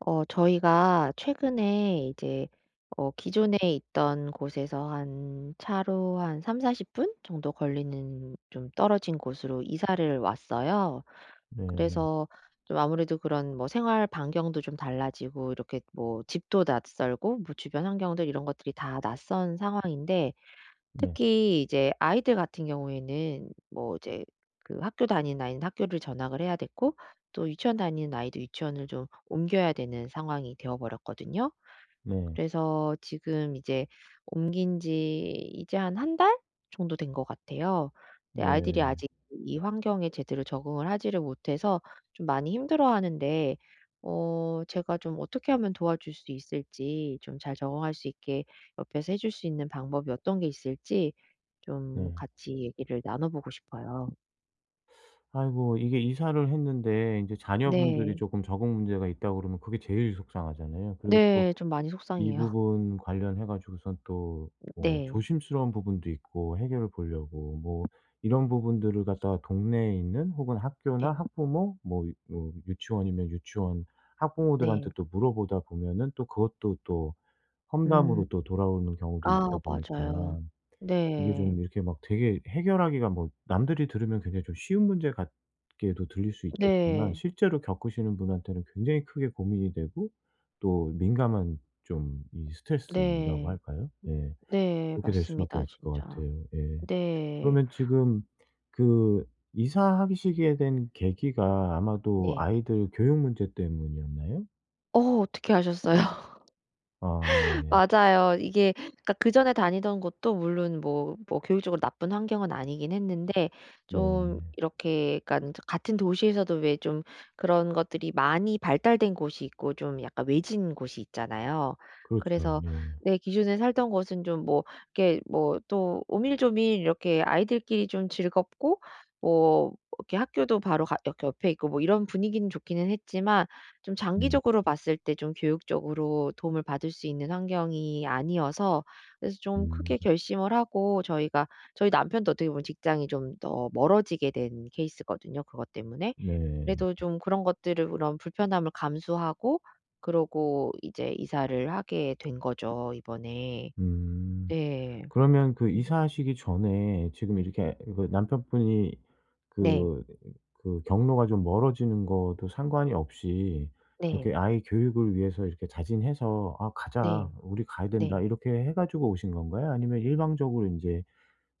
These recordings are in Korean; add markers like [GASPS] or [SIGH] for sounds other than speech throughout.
저희가 최근에 이제 기존에 있던 곳에서 한 차로 한 30~40분 정도 걸리는 좀 떨어진 곳으로 이사를 왔어요. 네네. 그래서 좀 아무래도 그런 뭐 생활 반경도 좀 달라지고 이렇게 뭐 집도 낯설고 뭐 주변 환경들 이런 것들이 다 낯선 상황인데 네. 특히 이제 아이들 같은 경우에는 뭐 이제 그 학교 다니는 아이는 학교를 전학을 해야 됐고 또 유치원 다니는 아이도 유치원을 좀 옮겨야 되는 상황이 되어 버렸거든요. 네. 그래서 지금 이제 옮긴 지 이제 한 한 달 정도 된 것 같아요. 근데 아이들이 아직 네. 이 환경에 제대로 적응을 하지를 못해서 좀 많이 힘들어하는데 제가 좀 어떻게 하면 도와줄 수 있을지 좀 잘 적응할 수 있게 옆에서 해줄 수 있는 방법이 어떤 게 있을지 좀 네. 같이 얘기를 나눠 보고 싶어요. 아이고, 이게 이사를 했는데 인제 자녀분들이 네. 쪼끔 적응 문제가 있다고 그러면 그게 제일 속상하잖아요. 그리고 또 네. 좀 많이 이 속상해요. 부분 관련해 가지고선 또 [LAUGHS] 뭐 네. 조심스러운 부분도 있고, 해결을 보려고 뭐 이런 부분들을 갖다가 동네에 있는 혹은 학교나 네. 학부모, 뭐 유치원이면 유치원 네. 학부모들한테 또 물어보다 보면은, 또 그것도 또 음. 험담으로 또 돌아오는 경우도 아 있다 보니까, 맞아요. 이게 네. 좀 이렇게 막 되게 해결하기가, 뭐 남들이 들으면 굉장히 좀 쉬운 문제 같게도 들릴 수 있겠지만 네. 실제로 겪으시는 분한테는 굉장히 크게 고민이 되고, 또 민감한 좀 이 스트레스라고 네. 할까요? 예. 네. 그렇게 될 수밖에 맞습니다 없을 것 진짜. 같아요. 예. 네. 그러면 지금 그 이사하시게 된 계기가 아마도 네. 아이들 교육 문제 때문이었나요? 어떻게 아셨어요? 아, 네. 맞아요. 이게 그러니까 그전에 다니던 곳도 물론 뭐 교육적으로 나쁜 환경은 아니긴 했는데 네. 좀 이렇게 약간 같은 도시에서도 왜 좀 그런 것들이 많이 발달된 곳이 있고 좀 약간 외진 곳이 있잖아요. 그렇죠. 그래서 예. 내 기준에 살던 곳은 좀 뭐 이렇게 뭐 또 오밀조밀 이렇게 아이들끼리 좀 즐겁고 뭐 이렇게 학교도 바로 가 이렇게 옆에 있고 뭐 이런 분위기는 좋기는 했지만 좀 음. 장기적으로 봤을 때 좀 교육적으로 도움을 받을 수 있는 환경이 아니어서 그래서 좀 음. 크게 결심을 하고 저희가 저희 남편도 어떻게 보면 직장이 좀 더 멀어지게 된 케이스거든요 그것 때문에. 네. 그래도 좀 그런 것들을 그런 불편함을 감수하고 그러고 이제 이사를 하게 된 거죠 이번에. 음. 네. 그러면 그 음. 이사하시기 전에 지금 이렇게 그 남편분이 네. 그 그 경로가 좀 멀어지는 것도 상관이 없이, 네. 이렇게 아이 교육을 위해서 이렇게 자진해서 "아, 가자. 네. 우리 가야 된다." 네. 이렇게 해 가지고 오신 건가요? 아니면 일방적으로 이제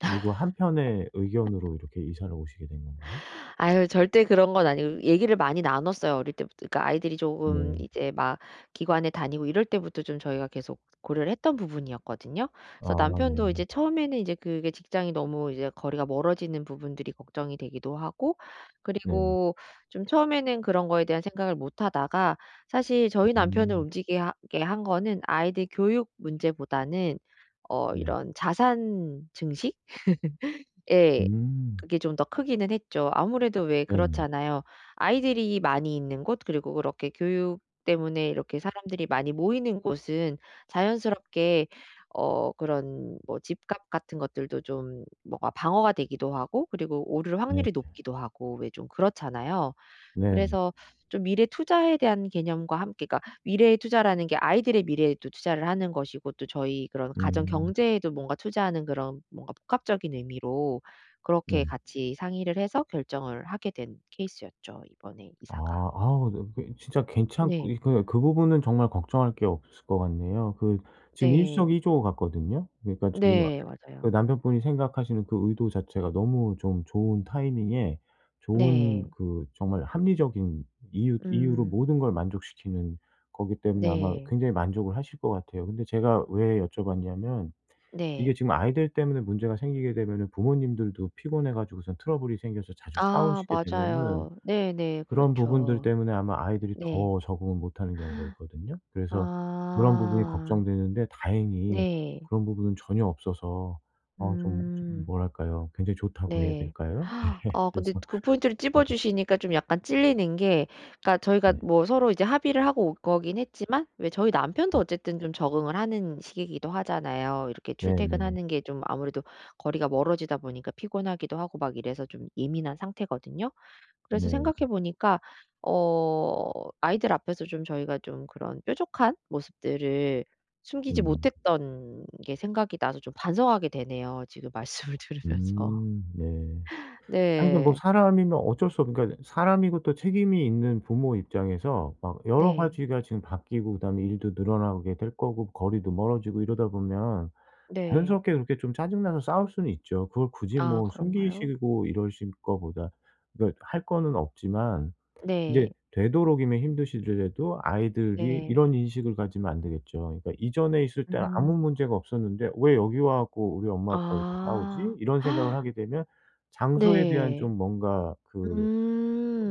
누구 한 편의 의견으로 이렇게 이사를 오시게 된 건가요? 아유 절대 그런 건 아니고 얘기를 많이 나눴어요 어릴 때부터. 그러니까 아이들이 조금 네. 이제 막 기관에 다니고 이럴 때부터 좀 저희가 계속 고려를 했던 부분이었거든요. 그래서 아, 남편도 네네. 이제 처음에는 이제 그게 직장이 너무 이제 거리가 멀어지는 부분들이 걱정이 되기도 하고 네. 그리고 좀 처음에는 그런 거에 대한 생각을 못 하다가 사실 저희 남편을 음. 움직이게 하 게한 거는 아이들 교육 문제보다는 네. 이런 자산 증식? 에 음. 그게 좀 더 크기는 했죠. 아무래도 왜 네네. 그렇잖아요. 아이들이 많이 있는 곳 그리고 그렇게 교육 때문에 이렇게 사람들이 많이 모이는 곳은 자연스럽게 그런 뭐 집값 같은 것들도 좀 뭔가 방어가 되기도 하고 그리고 오를 네. 확률이 높기도 하고 왜 좀 그렇잖아요. 네. 음. 네네. 그래서 좀 미래 투자에 대한 개념과 함께 그러니까 미래의 투자라는 게 아이들의 미래에도 투자를 하는 것이고 또 저희 그런 가정 음. 경제에도 뭔가 투자하는 그런 뭔가 복합적인 의미로 그렇게 네네. 같이 상의를 해서 결정을 하게 된 케이스였죠, 이번에 이사가. 아. 아우, 네, 그 진짜 괜찮고 네. 이 그 그 부분은 정말 걱정할 게 없을 것 같네요. 그 지금 네. 일석이조 같거든요. 그러니까 지금 아 네. 그 맞아요. 남편분이 생각하시는 그 의도 자체가 너무 좀 좋은 타이밍에 좋은 네. 그 정말 합리적인 이유로 음. 모든 걸 만족시키는 거기 때문에, 아마 네. 굉장히 만족을 하실 것 같아요. 근데 제가 왜 여쭤봤냐면, 이게 네. 지금 아이들 때문에 문제가 생기게 되면은 부모님들도 피곤해 가지고선 트러블이 생겨서 자주 아 싸우시게 되면은, 맞아요. 네네. 그런 부분들 그렇죠. 때문에 아마 아이들이 네. 더 적응을 못하는 경우가 있거든요. 그래서 그런 부분이 아. 걱정되는데, 다행히 네. 그런 부분은 전혀 없어서, 어 좀 음. 뭐랄까요, 굉장히 좋다고 해야 네. 될까요? 근데 그래서 그 포인트를 찝어 네네. 주시니까 좀 약간 찔리는 게 그러니까 저희가 네. 뭐 서로 이제 합의를 하고 올 거긴 했지만 왜 저희 남편도 어쨌든 좀 적응을 하는 시기이기도 하잖아요. 이렇게 네네. 네. 출퇴근하는 게 좀 아무래도 거리가 멀어지다 보니까 피곤하기도 하고 막 이래서 좀 예민한 상태거든요. 그래서 네, 네. 생각해 보니까 어 아이들 앞에서 좀 저희가 좀 그런 뾰족한 모습들을 숨기지 음. 못했던 게 생각이 나서 좀 반성하게 되네요, 지금 말씀을 [LAUGHS] 들으면서. 음, 네. 아니 그러니까 뭐 네. 사람이면 어쩔 수 없, 그러니까 사람이고 또 책임이 있는 부모 입장에서 막 여러 네. 가지가 지금 바뀌고, 그다음에 일도 늘어나게 될 거고, 거리도 멀어지고, 이러다 보면 네. 자연스럽게 그렇게 좀 짜증나서 싸울 수는 있죠. 그걸 굳이 아 뭐 그런가요? 숨기시고 이러실 거보다, 그러니까 할 거는 없지만, 네. 이제 되도록이면 힘드시더라도 아이들이 네. 이런 인식을 가지면 안 되겠죠. 그러니까 '이전에 있을 때는 아무 음. 문제가 없었는데 왜 여기 와 갖고 우리 엄마 아빠가 이렇게 싸우지?' 아. 이런 생각을 [GASPS] 하게 되면 장소에 대한 네. 좀 뭔가 그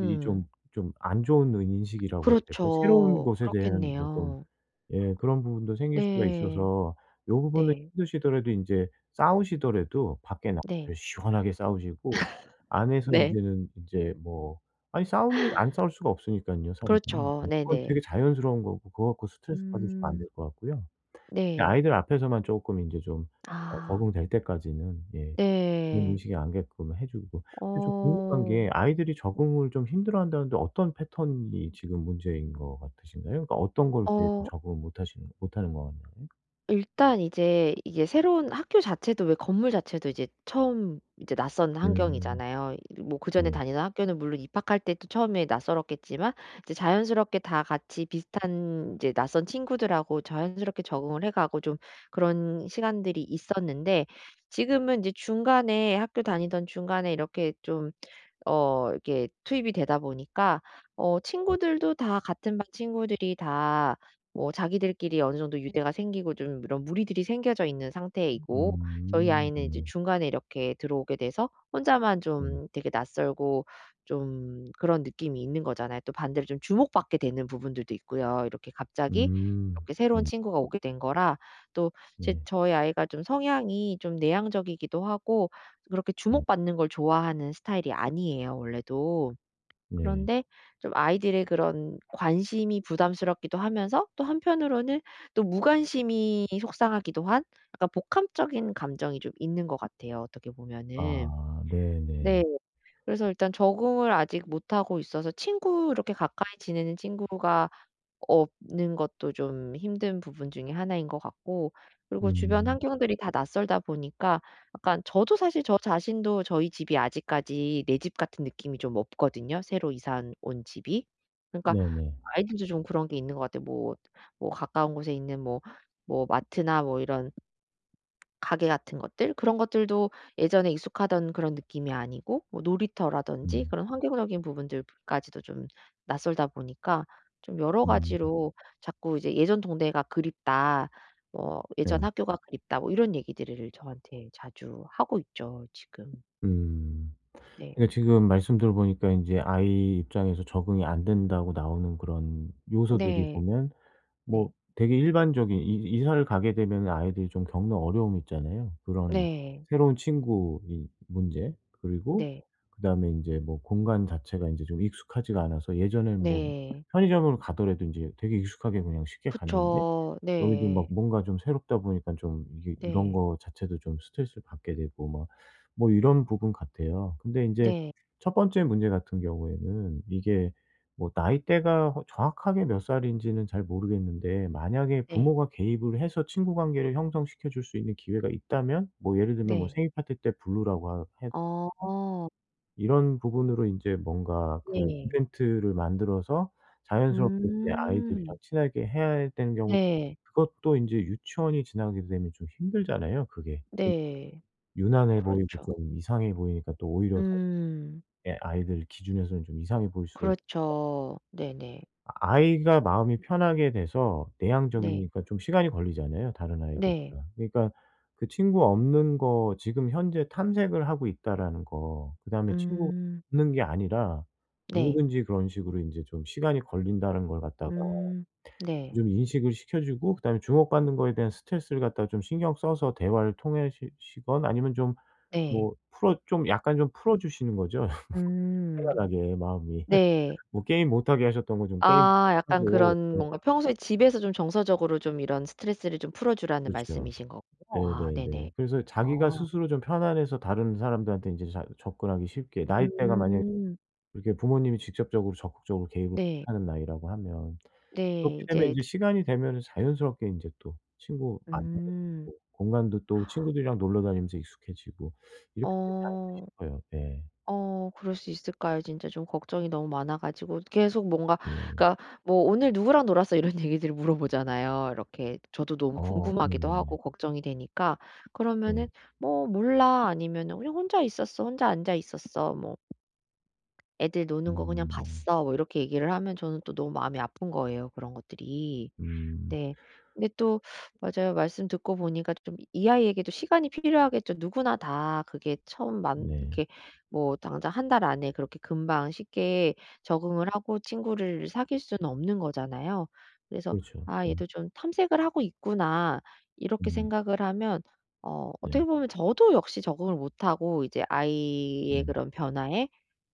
이 좀 좀 안 좋은 인식이라고 해야 될까요? 새로운 그렇죠. 곳에 대한 뭐좀. 그렇겠네요. 예. 그런 부분도 생길 수가 네. 있어서, 요 부분은 네. 힘드시더라도 인제 싸우시더라도 밖에 나가서 네. 시원하게 싸우시고, 안에서 네. 인제는 인제 뭐 아니, 싸우면 안 싸울 수가 없으니깐요, 사람들이. 그렇죠. 예. 그건 되게 네네. 자연스러운 거고 그거 갖고 스트레스 받으시면 안 음. 될 것 같고요. 그냥 네. 아이들 앞에서만 쪼끔 인제 좀 어 아. 적응될 때까지는. 예. 그런 네. 인식이 안 가게끔 해 주고. 근데 좀 궁금한 게, 어. 아이들이 적응을 좀 힘들어한다는데 어떤 패턴이 지금 문제인 것 같으신가요? 그러니까 어떤 걸 되게 좀 어. 적응을 못 하는 것 같나요? 일단 이제 이게 새로운 학교 자체도 왜 건물 자체도 이제 처음 이제 낯선 음. 환경이잖아요. 뭐 그전에 네. 다니던 학교는 물론 입학할 때도 처음에 낯설었겠지만 이제 자연스럽게 다 같이 비슷한 이제 낯선 친구들하고 자연스럽게 적응을 해 가고 좀 그런 시간들이 있었는데 지금은 이제 중간에 학교 다니던 중간에 이렇게 좀 이렇게 투입이 되다 보니까 친구들도 다 같은 반 친구들이 다 뭐 자기들끼리 어느 정도 유대가 생기고 좀 이런 무리들이 생겨져 있는 상태이고 저희 음. 아이는 이제 네. 중간에 이렇게 들어오게 돼서 혼자만 네. 좀 되게 낯설고 좀 그런 느낌이 있는 거잖아요. 또 반대로 좀 주목받게 되는 부분들도 있고요. 이렇게 갑자기 음. 이렇게 새로운 네. 친구가 오게 된 거라 또 제 네. 저희 아이가 좀 성향이 좀 내향적이기도 하고 그렇게 네. 주목받는 걸 좋아하는 스타일이 아니에요 원래도. 네. 그런데 좀 아이들의 그런 관심이 부담스럽기도 하면서 또 한편으로는 또 무관심이 속상하기도 한 약간 복합적인 감정이 좀 있는 것 같아요 어떻게 보면은. 아, 네. 네네. 그래서 일단 적응을 아직 못하고 있어서 친구 이렇게 가까이 지내는 친구가 없는 것도 좀 힘든 부분 중에 하나인 것 같고 그리고 주변 음. 환경들이 다 낯설다 보니까 약간 저도 사실 저 자신도 저희 집이 아직까지 내 집 같은 느낌이 좀 없거든요, 새로 이사 온 집이. 그러니까 네네. 아이들도 좀 그런 게 있는 것 같아요. 뭐 가까운 곳에 있는 뭐 마트나 뭐 이런 가게 같은 것들 그런 것들도 예전에 익숙하던 그런 느낌이 아니고 뭐 네. 놀이터라든지 네. 그런 환경적인 부분들까지도 좀 낯설다 보니까 좀 여러 음. 가지로 자꾸 이제 "예전 동네가 그립다." 뭐 "예전 네. 학교가 그립다." 뭐 이런 얘기들을 저한테 자주 하고 있죠 지금. 음. 네. 그러니까 지금 말씀 들어보니까 인제 아이 입장에서 적응이 안 된다고 나오는 그런 요소들이 네. 보면 뭐 네. 되게 일반적인, 이 이사를 가게 되면은 아이들이 좀 겪는 어려움이 있잖아요. 그런 네. 새로운 친구 문제, 그리고 네. 그다음에 인제 뭐 공간 자체가 인제 좀 익숙하지가 않아서, 예전엔 뭐 네. 편의점을 가더라도 인제 되게 익숙하게 그냥 쉽게 갔는데 그쵸. 여기 지금 네. 막 뭔가 좀 새롭다 보니까, 좀 이게 이런 네. 거 자체도 좀 스트레스를 받게 되고 막 뭐 이런 부분 같아요. 근데 인제 네. 첫 번째 문제 같은 경우에는 이게 뭐 나이대가, 허, 정확하게 몇 살인지는 잘 모르겠는데, 만약에 네. 부모가 개입을 해서 친구 관계를 형성시켜 줄 수 있는 기회가 있다면, 뭐 예를 들면 뭐 네. 생일 파티 때 부르라고 하해, 어. 이런 부분으로 인제 뭔가 그 네. 이벤트를 만들어서 자연스럽게 이제 아이들이랑 음. 친하게 해야 되는 경우도. 네. 그것도 인제 유치원이 지나게 되면 좀 힘들잖아요, 그게. 예. 네. 유난해 보이고 그렇죠. 좀 이상해 보이니까 또 오히려 더, 음. 예, 아이들 기준에서는 좀 이상해 보일 수가. 그렇죠. 네네. 아이가 마음이 편하게 돼서, 네. 내향적이니까 좀 시간이 걸리잖아요, 다른 네. 아이들보다. 그러니까 그 친구 없는 거 지금 현재 탐색을 하고 있다라는 거, 그다음에 친구가 음. 없는 게 아니라 네. 누구든지 그런 식으로 인제 좀 시간이 걸린다는 걸 갖다가 음. 네. 좀 인식을 시켜 주고, 그다음에 주목받는 거에 대한 스트레스를 갖다가 좀 신경 써서 대화를 통해시 시건, 아니면 좀 네. 뭐 풀어, 좀 약간 좀 풀어 주시는 거죠. [LAUGHS] 음. 편안하게 마음이. 네. 뭐 게임 못 하게 하셨던 거 좀 게임 못 아 하게 약간 하고. 그런 네. 뭔가 평소에 집에서 좀 정서적으로 좀 이런 스트레스를 좀 풀어 주라는 그렇죠. 말씀이신 거군요. 아 네네네. 네네. 그래서 자기가 어, 스스로 좀 편안해서 다른 사람들한테 인제 자 접근하기 쉽게. 나이대가 만약에 음. 그렇게 부모님이 직접적으로 적극적으로 개입을 네. 못하는 나이라고 하면, 네. 그렇게 되면 이제 인제 시간이 되면은 자연스럽게 인제 또 친구 만나게 음. 되고, 공간도 또 친구들이랑 놀러 다니면서 익숙해지고 이렇게 되지 않을까 어. 싶어요. 네. 그럴 수 있을까요? 진짜 좀 걱정이 너무 많아 가지고 계속 뭔가 음. 그러니까 뭐 "오늘 누구랑 놀았어?" 이런 [LAUGHS] 얘기들을 물어보잖아요. 이렇게 저도 너무 어, 궁금하기도 네네네. 하고 걱정이 되니까. 네. 그러면은 "뭐 몰라." 아니면은 "그냥 혼자 있었어. 혼자 앉아 있었어." 뭐 "애들 노는 거 그냥 음. 봤어." 뭐 이렇게 얘기를 하면 저는 또 너무 마음이 아픈 거예요, 그런 것들이. 음. 네. 근데 또 맞아요. 말씀 듣고 보니까 좀 이 아이에게도 시간이 필요하겠죠. 누구나 다 그게 처음 만 네. 이렇게 뭐 당장 한 달 안에 그렇게 금방 쉽게 적응을 하고 친구를 사귈 수는 없는 거잖아요. 그래서 그렇죠. '아 네. 얘도 좀 탐색을 하고 있구나.' 이렇게 음. 생각을 하면 네. 어떻게 보면 저도 역시 적응을 못하고 이제 아이의 네네. 그런 변화에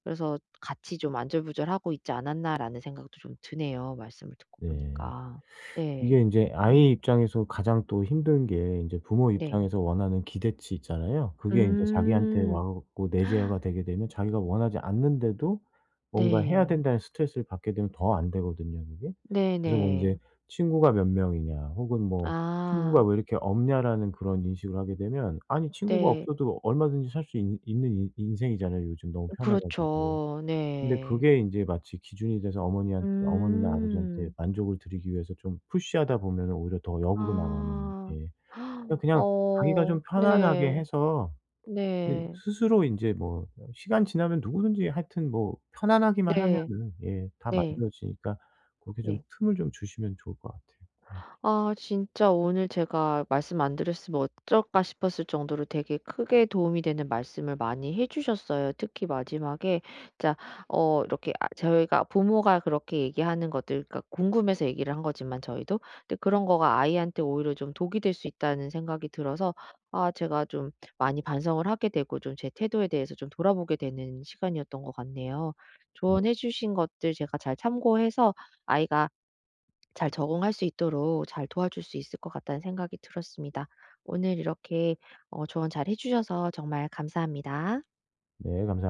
그래서 같이 좀 '안절부절하고 있지 않았나.'라는 생각도 좀 드네요, 말씀을 듣고 네. 보니까. 네. 이게 인제 아이 음 입장에서 가장 또 힘든 게, 인제 부모 네. 입장에서 원하는 기대치 있잖아요. 그게 인제 자기한테 음. 와 갖고 내재가 되게 되면, 자기가 원하지 않는데도 뭔가 해야 네. 된다는 스트레스를 받게 되면 더 안 되거든요, 그게. 그래서 뭐 네네. 인제 '친구가 몇 명이냐.' 혹은 뭐 '친구가 아 왜 이렇게 없냐.'라는 그런 인식을 하게 되면, 아니 친구가 네. 없어도 얼마든지 살 수 있 있는 인 인생이잖아요 요즘, 너무 편해 가지고. 그렇죠. 근데 네. 그게 인제 마치 기준이 돼서 어머니한테, 어머니나 아버지한테 음. 만족을 드리기 위해서 좀 푸시하다 보면은 오히려 더 역으로 나가는. 아. 예. 그냥 그냥 자기가 어 좀 편안하게 네. 해서 이 네. 스스로 인제 뭐 어 시간 지나면 누구든지 하여튼 뭐 편안하기만 네. 하면은, 예, 다 네. 만들어지니까, 고렇게 네. 좀 네. 틈을 좀 주시면 좋을 것 같아요. 음. 아 진짜 오늘 제가 말씀 안 드렸으면 어쩔까 싶었을 정도로 되게 크게 도움이 되는 말씀을 많이 해 주셨어요. 특히 마지막에 자 이렇게 아 저희가 부모가 그렇게 얘기하는 것들 그러니까 궁금해서 얘기를 한 거지만 저희도 근데 그런 거가 아이한테 오히려 좀 독이 될 수 있다는 생각이 들어서 아 제가 좀 많이 반성을 하게 되고 좀 제 태도에 대해서 좀 돌아보게 되는 시간이었던 것 같네요. 네. 조언해 주신 것들 제가 잘 참고해서 아이가 잘 적응할 수 있도록 잘 도와줄 수 있을 것 같다는 생각이 들었습니다. 오늘 이렇게 조언 잘 해 주셔서 정말 감사합니다. 네. 감사